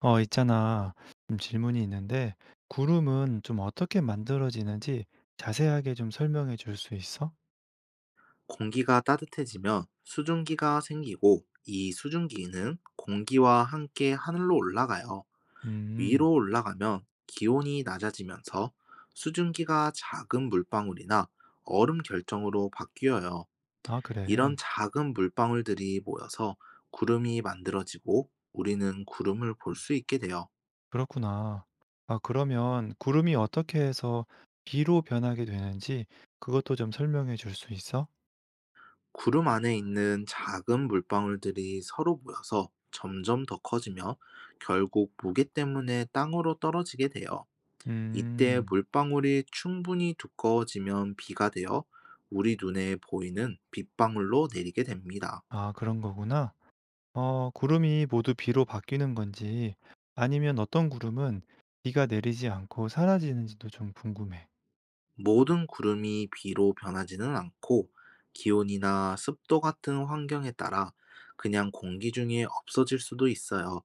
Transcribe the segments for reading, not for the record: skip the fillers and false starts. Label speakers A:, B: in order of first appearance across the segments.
A: 있잖아. 좀 질문이 있는데, 구름은 좀 어떻게 만들어지는지 자세하게 좀 설명해 줄 수 있어?
B: 공기가 따뜻해지면 수증기가 생기고 이 수증기는 공기와 함께 하늘로 올라가요.
A: 음,
B: 위로 올라가면 기온이 낮아지면서 수증기가 작은 물방울이나 얼음 결정으로 바뀌어요.
A: 아,
B: 이런
A: 그래.
B: 작은 물방울들이 모여서 구름이 만들어지고 우리는 구름을 볼 수 있게 돼요.
A: 그렇구나. 아, 그러면 구름이 어떻게 해서 비로 변하게 되는지 그것도 좀 설명해 줄 수 있어?
B: 구름 안에 있는 작은 물방울들이 서로 모여서 점점 더 커지며 결국 무게 때문에 땅으로 떨어지게 돼요. 이때
A: 음,
B: 물방울이 충분히 두꺼워지면 비가 되어 우리 눈에 보이는 빗방울로 내리게 됩니다.
A: 아, 그런 거구나. 어, 구름이 모두 비로 바뀌는 건지 아니면 어떤 구름은 비가 내리지 않고 사라지는지도 좀 궁금해.
B: 모든 구름이 비로 변하지는 않고 기온이나 습도 같은 환경에 따라 그냥 공기 중에 없어질 수도 있어요.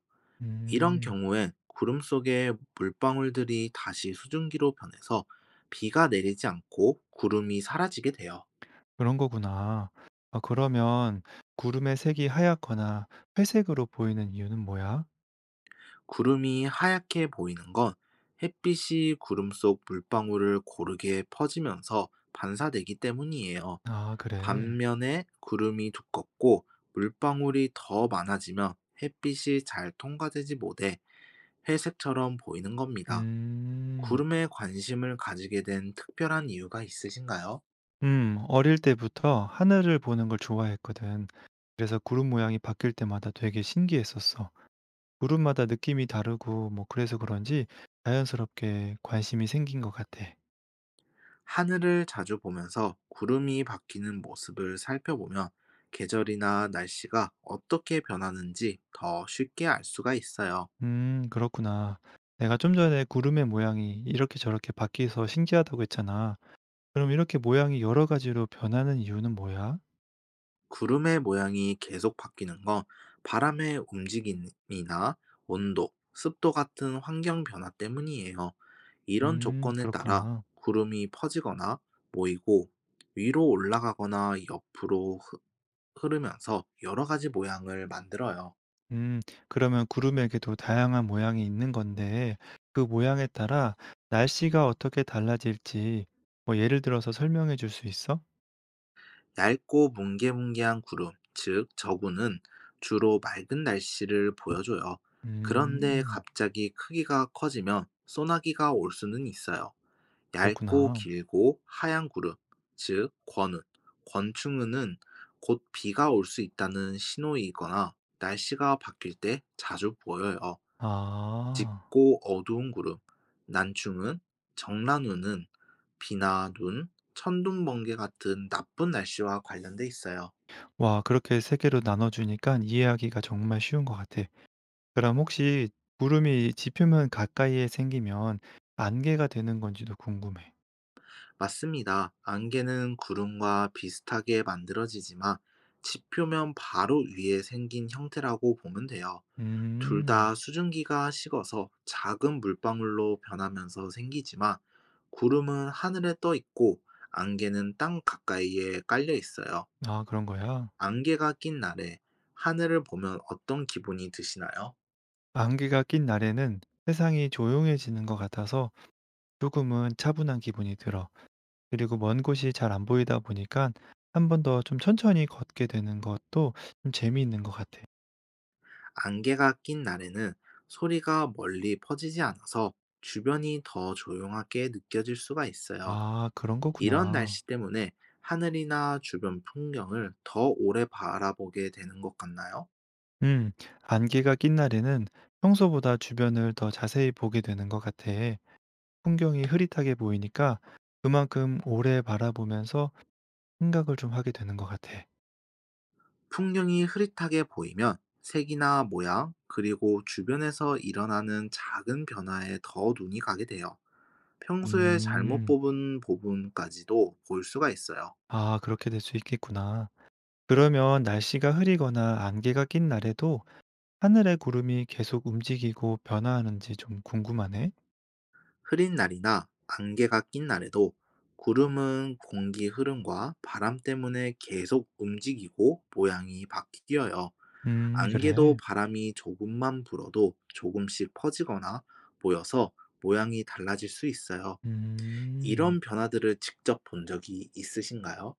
B: 이런
A: 음.
B: 경우엔 구름 속의 물방울들이 다시 수증기로 변해서 비가 내리지 않고 구름이 사라지게 돼요.
A: 그런 거구나. 아 그러면 구름의 색이 하얗거나 회색으로 보이는 이유는 뭐야?
B: 구름이 하얗게 보이는 건 햇빛이 구름 속 물방울을 고르게 퍼지면서 반사되기 때문이에요.
A: 아 그래.
B: 반면에 구름이 두껍고 물방울이 더 많아지면 햇빛이 잘 통과되지 못해 회색처럼 보이는 겁니다.
A: 음.
B: 구름에 관심을 가지게 된 특별한 이유가 있으신가요?
A: 어릴 때부터 하늘을 보는 걸 좋아했거든. 그래서 구름 모양이 바뀔 때마다 되게 신기했었어. 구름마다 느낌이 다르고 뭐 그래서 그런지 자연스럽게 관심이 생긴 것 같아.
B: 하늘을 자주 보면서 구름이 바뀌는 모습을 살펴보면 계절이나 날씨가 어떻게 변하는지 더 쉽게 알 수가 있어요.
A: 그렇구나. 내가 좀 전에 구름의 모양이 이렇게 저렇게 바뀌어서 신기하다고 했잖아. 그럼 이렇게 모양이 여러 가지로 변하는 이유는 뭐야?
B: 구름의 모양이 계속 바뀌는 건 바람의 움직임이나 온도, 습도 같은 환경 변화 때문이에요. 이런 조건에 따라
A: 그렇구나.
B: 구름이 퍼지거나 모이고 위로 올라가거나 흐르면서 여러 가지 모양을 만들어요.
A: 음 그러면 구름에게도 다양한 모양이 있는 건데 그 모양에 따라 날씨가 어떻게 달라질지 뭐 예를 들어서 설명해 줄 수 있어?
B: 얇고 뭉게뭉게한 구름, 즉 저구는 주로 맑은 날씨를 보여줘요. 그런데
A: 음
B: 갑자기 크기가 커지면 소나기가 올 수는 있어요. 얇고
A: 그렇구나.
B: 길고 하얀 구름, 즉 권운, 권충은 곧 비가 올 수 있다는 신호이거나 날씨가 바뀔 때 자주 보여요.
A: 아.
B: 짙고 어두운 구름, 난충은, 정란우는 비나 눈, 천둥, 번개 같은 나쁜 날씨와 관련돼 있어요.
A: 와 그렇게 세 개로 나눠 주니까 이해하기가 정말 쉬운 것 같아. 그럼 혹시 구름이 지표면 가까이에 생기면 안개가 되는 건지도 궁금해.
B: 맞습니다. 안개는 구름과 비슷하게 만들어지지만 지표면 바로 위에 생긴 형태라고 보면 돼요. 둘
A: 음.
B: 다 수증기가 식어서 작은 물방울로 변하면서 생기지만 구름은 하늘에 떠 있고 안개는 땅 가까이에 깔려 있어요.
A: 아 그런 거야?
B: 안개가 낀 날에 하늘을 보면 어떤 기분이 드시나요?
A: 안개가 낀 날에는 세상이 조용해지는 것 같아서 조금은 차분한 기분이 들어. 그리고 먼 곳이 잘 안 보이다 보니까 한 번 더 좀 천천히 걷게 되는 것도 좀 재미있는 것 같아.
B: 안개가 낀 날에는 소리가 멀리 퍼지지 않아서 주변이 더 조용하게 느껴질 수가 있어요.
A: 아 그런
B: 이런
A: 거구나.
B: 날씨 때문에 하늘이나 주변 풍경을 더 오래 바라보게 되는 것 같나요?
A: 음. 안개가 낀 날에는 평소보다 주변을 더 자세히 보게 되는 것 같아. 풍경이 흐릿하게 보이니까 그만큼 오래 바라보면서 생각을 좀 하게 되는 것 같아.
B: 풍경이 흐릿하게 보이면 색이나 모양, 그리고 주변에서 일어나는 작은 변화에 더 눈이 가게 돼요. 평소에 잘못
A: 음.
B: 뽑은 부분까지도 볼 수가 있어요.
A: 아 그렇게 될 수 있겠구나. 그러면 날씨가 흐리거나 안개가 낀 날에도 하늘의 구름이 계속 움직이고 변화하는지 좀 궁금하네.
B: 흐린 날이나 안개가 낀 날에도 구름은 공기 흐름과 바람 때문에 계속 움직이고 모양이 바뀌어요. 안개도
A: 그래.
B: 바람이 조금만 불어도 조금씩 퍼지거나 모여서 모양이 달라질 수 있어요.
A: 음.
B: 이런 변화들을 직접 본 적이 있으신가요?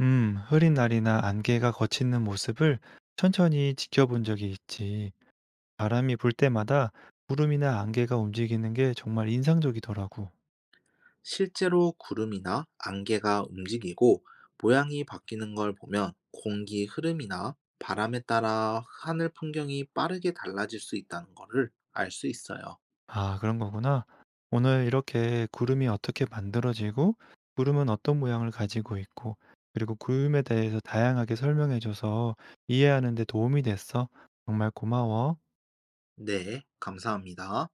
A: 흐린 날이나 안개가 걷히는 모습을 천천히 지켜본 적이 있지. 바람이 불 때마다 구름이나 안개가 움직이는 게 정말 인상적이더라고.
B: 실제로 구름이나 안개가 움직이고 모양이 바뀌는 걸 보면 공기 흐름이나 바람에 따라 하늘 풍경이 빠르게 달라질 수 있다는 것을 알 수 있어요.
A: 아, 그런 거구나. 오늘 이렇게 구름이 어떻게 만들어지고, 구름은 어떤 모양을 가지고 있고, 그리고 구름에 대해서 다양하게 설명해줘서 이해하는 데 도움이 됐어. 정말 고마워.
B: 네, 감사합니다.